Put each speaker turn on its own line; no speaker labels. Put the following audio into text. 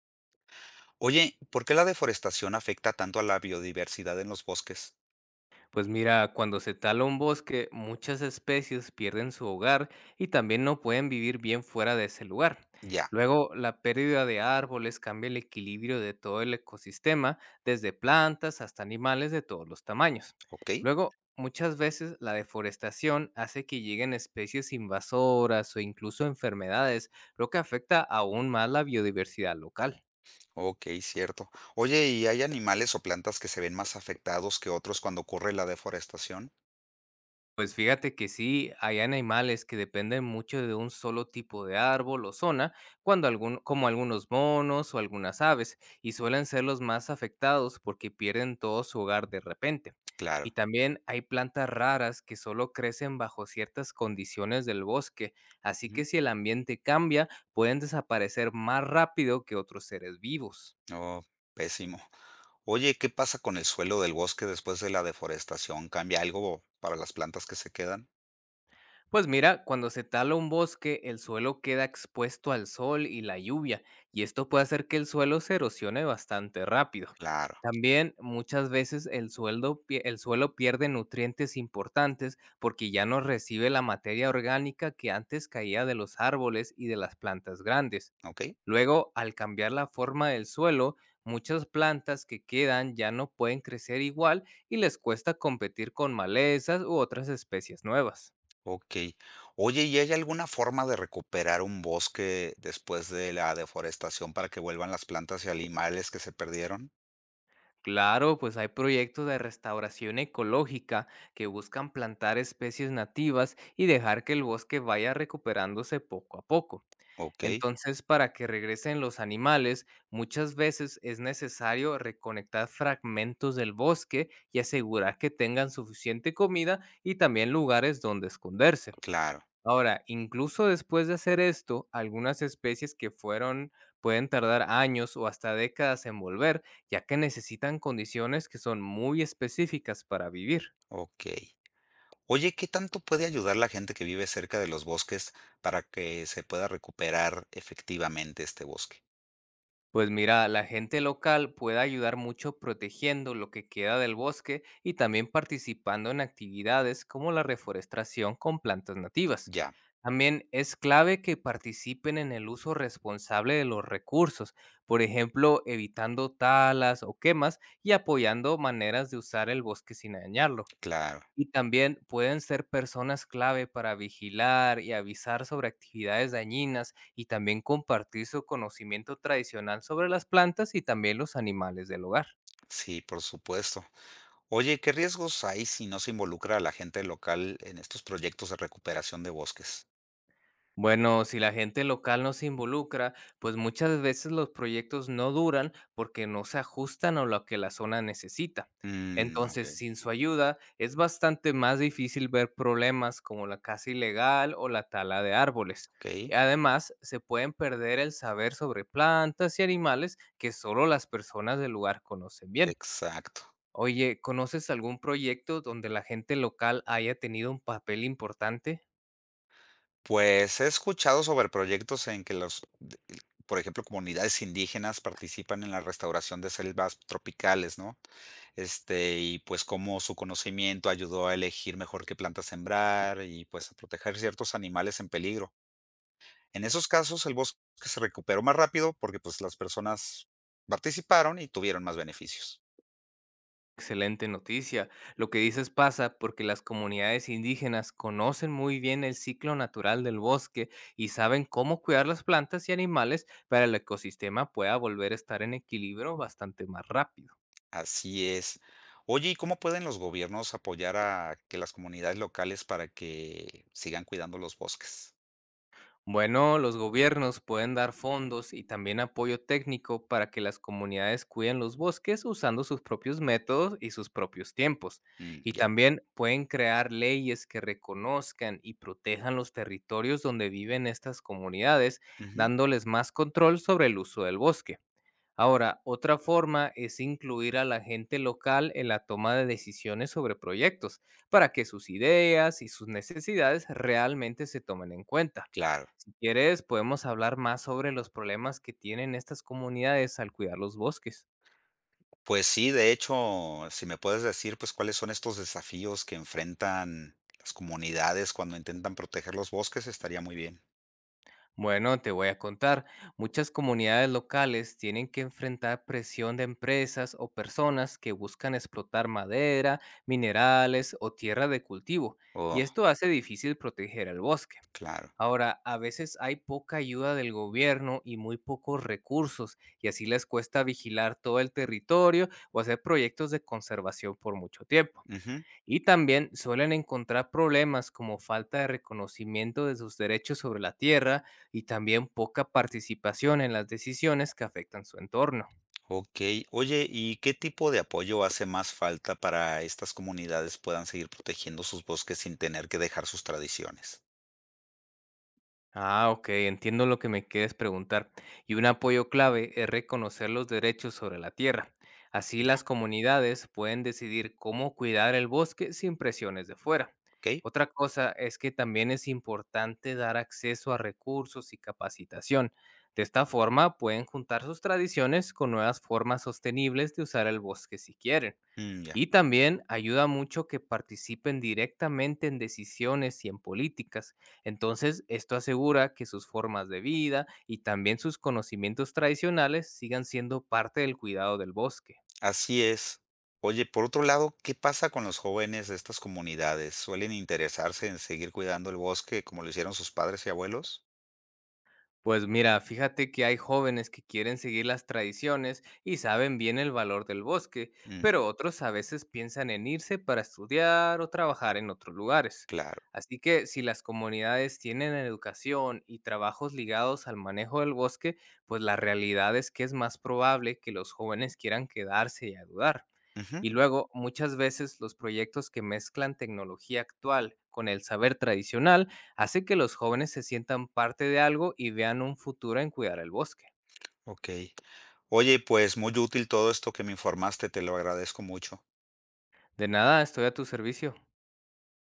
Oye, ¿por qué la deforestación afecta tanto a la biodiversidad en los bosques?
Pues mira, cuando se tala un bosque, muchas especies pierden su hogar y también no pueden vivir bien fuera de ese lugar.
Ya,
Luego, la pérdida de árboles cambia el equilibrio de todo el ecosistema, desde plantas hasta animales de todos los tamaños.
ok,
Luego, muchas veces la deforestación hace que lleguen especies invasoras o incluso enfermedades, lo que afecta aún más la biodiversidad local.
ok, cierto. Oye, ¿y hay animales o plantas que se ven más afectados que otros cuando ocurre la deforestación?
Pues fíjate que sí, hay animales que dependen mucho de un solo tipo de árbol o zona, como algunos monos o algunas aves, y suelen ser los más afectados porque pierden todo su hogar de repente. Y
Claro.
también hay plantas raras que solo crecen bajo ciertas condiciones del bosque, así
Ujú.
que si el ambiente cambia, pueden desaparecer más rápido que otros seres vivos.
Oh, pésimo. Oye, ¿qué pasa con el suelo del bosque después de la deforestación? ¿Cambia algo para las plantas que se quedan?
Pues mira, cuando se tala un bosque, el suelo queda expuesto al sol y la lluvia, y esto puede hacer que el suelo se erosione bastante rápido.
Claro,
También muchas veces el suelo pierde nutrientes importantes porque ya no recibe la materia orgánica que antes caía de los árboles y de las plantas grandes.
ok,
Luego, al cambiar la forma del suelo, muchas plantas que quedan ya no pueden crecer igual y les cuesta competir con malezas u otras especies nuevas.
ok. Oye, ¿y hay alguna forma de recuperar un bosque después de la deforestación para que vuelvan las plantas y animales que se perdieron?
Claro, pues hay proyectos de restauración ecológica que buscan plantar especies nativas y dejar que el bosque vaya recuperándose poco a poco.
Okey,
Entonces, para que regresen los animales, muchas veces es necesario reconectar fragmentos del bosque y asegurar que tengan suficiente comida y también lugares donde esconderse.
claro,
Ahora, incluso después de hacer esto, algunas especies que fueron pueden tardar años o hasta décadas en volver, ya que necesitan condiciones que son muy específicas para vivir.
okey. Oye, ¿qué tanto puede ayudar la gente que vive cerca de los bosques para que se pueda recuperar efectivamente este bosque?
Pues mira, la gente local puede ayudar mucho protegiendo lo que queda del bosque y también participando en actividades como la reforestación con plantas nativas.
Ya,
También es clave que participen en el uso responsable de los recursos, por ejemplo, evitando talas o quemas y apoyando maneras de usar el bosque sin dañarlo.
claro,
Y también pueden ser personas clave para vigilar y avisar sobre actividades dañinas y también compartir su conocimiento tradicional sobre las plantas y también los animales del hogar.
sí, por supuesto. Oye, ¿qué riesgos hay si no se involucra a la gente local en estos proyectos de recuperación de bosques?
Bueno, si la gente local no se involucra, pues muchas veces los proyectos no duran porque no se ajustan a lo que la zona necesita.
Mm,
Entonces,
okey,
sin su ayuda, es bastante más difícil ver problemas como la casa ilegal o la tala de árboles. Y
okey,
además, se pueden perder el saber sobre plantas y animales que solo las personas del lugar conocen bien.
exacto.
Oye, ¿conoces algún proyecto donde la gente local haya tenido un papel importante?
Pues, he escuchado sobre proyectos en que los de, por ejemplo, comunidades indígenas participan en la restauración de selvas tropicales, ¿no? Y pues cómo su conocimiento ayudó a elegir mejor qué planta sembrar y pues a proteger ciertos animales en peligro. En esos casos, el bosque se recuperó más rápido porque pues las personas participaron y tuvieron más beneficios.
Excelente noticia. Lo que dices pasa porque las comunidades indígenas conocen muy bien el ciclo natural del bosque y saben cómo cuidar las plantas y animales para el ecosistema pueda volver a estar en equilibrio bastante más rápido.
Así es. Oye, ¿y cómo pueden los gobiernos apoyar a que las comunidades locales para que sigan cuidando los bosques?
Bueno, los gobiernos pueden dar fondos y también apoyo técnico para que las comunidades cuiden los bosques usando sus propios métodos y sus propios tiempos.
Mm,
Y
ya.
también pueden crear leyes que reconozcan y protejan los territorios donde viven estas comunidades,
Ujú,
dándoles más control sobre el uso del bosque. Ahora, otra forma es incluir a la gente local en la toma de decisiones sobre proyectos, para que sus ideas y sus necesidades realmente se tomen en cuenta.
claro.
Si quieres, podemos hablar más sobre los problemas que tienen estas comunidades al cuidar los bosques.
Pues sí, de hecho, si me puedes decir, pues, ¿cuáles son estos desafíos que enfrentan las comunidades cuando intentan proteger los bosques? Estaría muy bien.
Bueno, te voy a contar. Muchas comunidades locales tienen que enfrentar presión de empresas o personas que buscan explotar madera, minerales o tierra de cultivo, y
Oh,
esto hace difícil proteger el bosque.
claro.
Ahora, a veces hay poca ayuda del gobierno y muy pocos recursos, y así les cuesta vigilar todo el territorio o hacer proyectos de conservación por mucho tiempo,
Ujú.
y también suelen encontrar problemas como falta de reconocimiento de sus derechos sobre la tierra y también poca participación en las decisiones que afectan su entorno.
Okey. Oye, ¿y qué tipo de apoyo hace más falta para estas comunidades puedan seguir protegiendo sus bosques sin tener que dejar sus tradiciones?
Ah, ok, entiendo lo que me quieres preguntar. Y un apoyo clave es reconocer los derechos sobre la tierra. Así
Ya,
las comunidades pueden decidir cómo cuidar el bosque sin presiones de fuera.
¿ok?
Otra cosa es que también es importante dar acceso a recursos y capacitación. De esta forma pueden juntar sus tradiciones con nuevas formas sostenibles de usar el bosque si quieren.
Mm, ya.
Y también ayuda mucho que participen directamente en decisiones y en políticas. Entonces, esto asegura que sus formas de vida y también sus conocimientos tradicionales sigan siendo parte del cuidado del bosque.
Así es. Oye, por otro lado, ¿qué pasa con los jóvenes de estas comunidades? ¿Suelen interesarse en seguir cuidando el bosque como lo hicieron sus padres y abuelos?
Pues mira, fíjate que hay jóvenes que quieren seguir las tradiciones y saben bien el valor del bosque,
Mm.
pero otros a veces piensan en irse para estudiar o trabajar en otros lugares.
Claro.
Así que si las comunidades tienen educación y trabajos ligados al manejo del bosque, pues la realidad es que es más probable que los jóvenes quieran quedarse y ayudar.
Ujú,
Y luego, muchas veces los proyectos que mezclan tecnología actual con el saber tradicional, hace que los jóvenes se sientan parte de algo y vean un futuro en cuidar el bosque.
okey. Oye, pues muy útil todo esto que me informaste, te lo agradezco mucho.
De nada, estoy a tu servicio.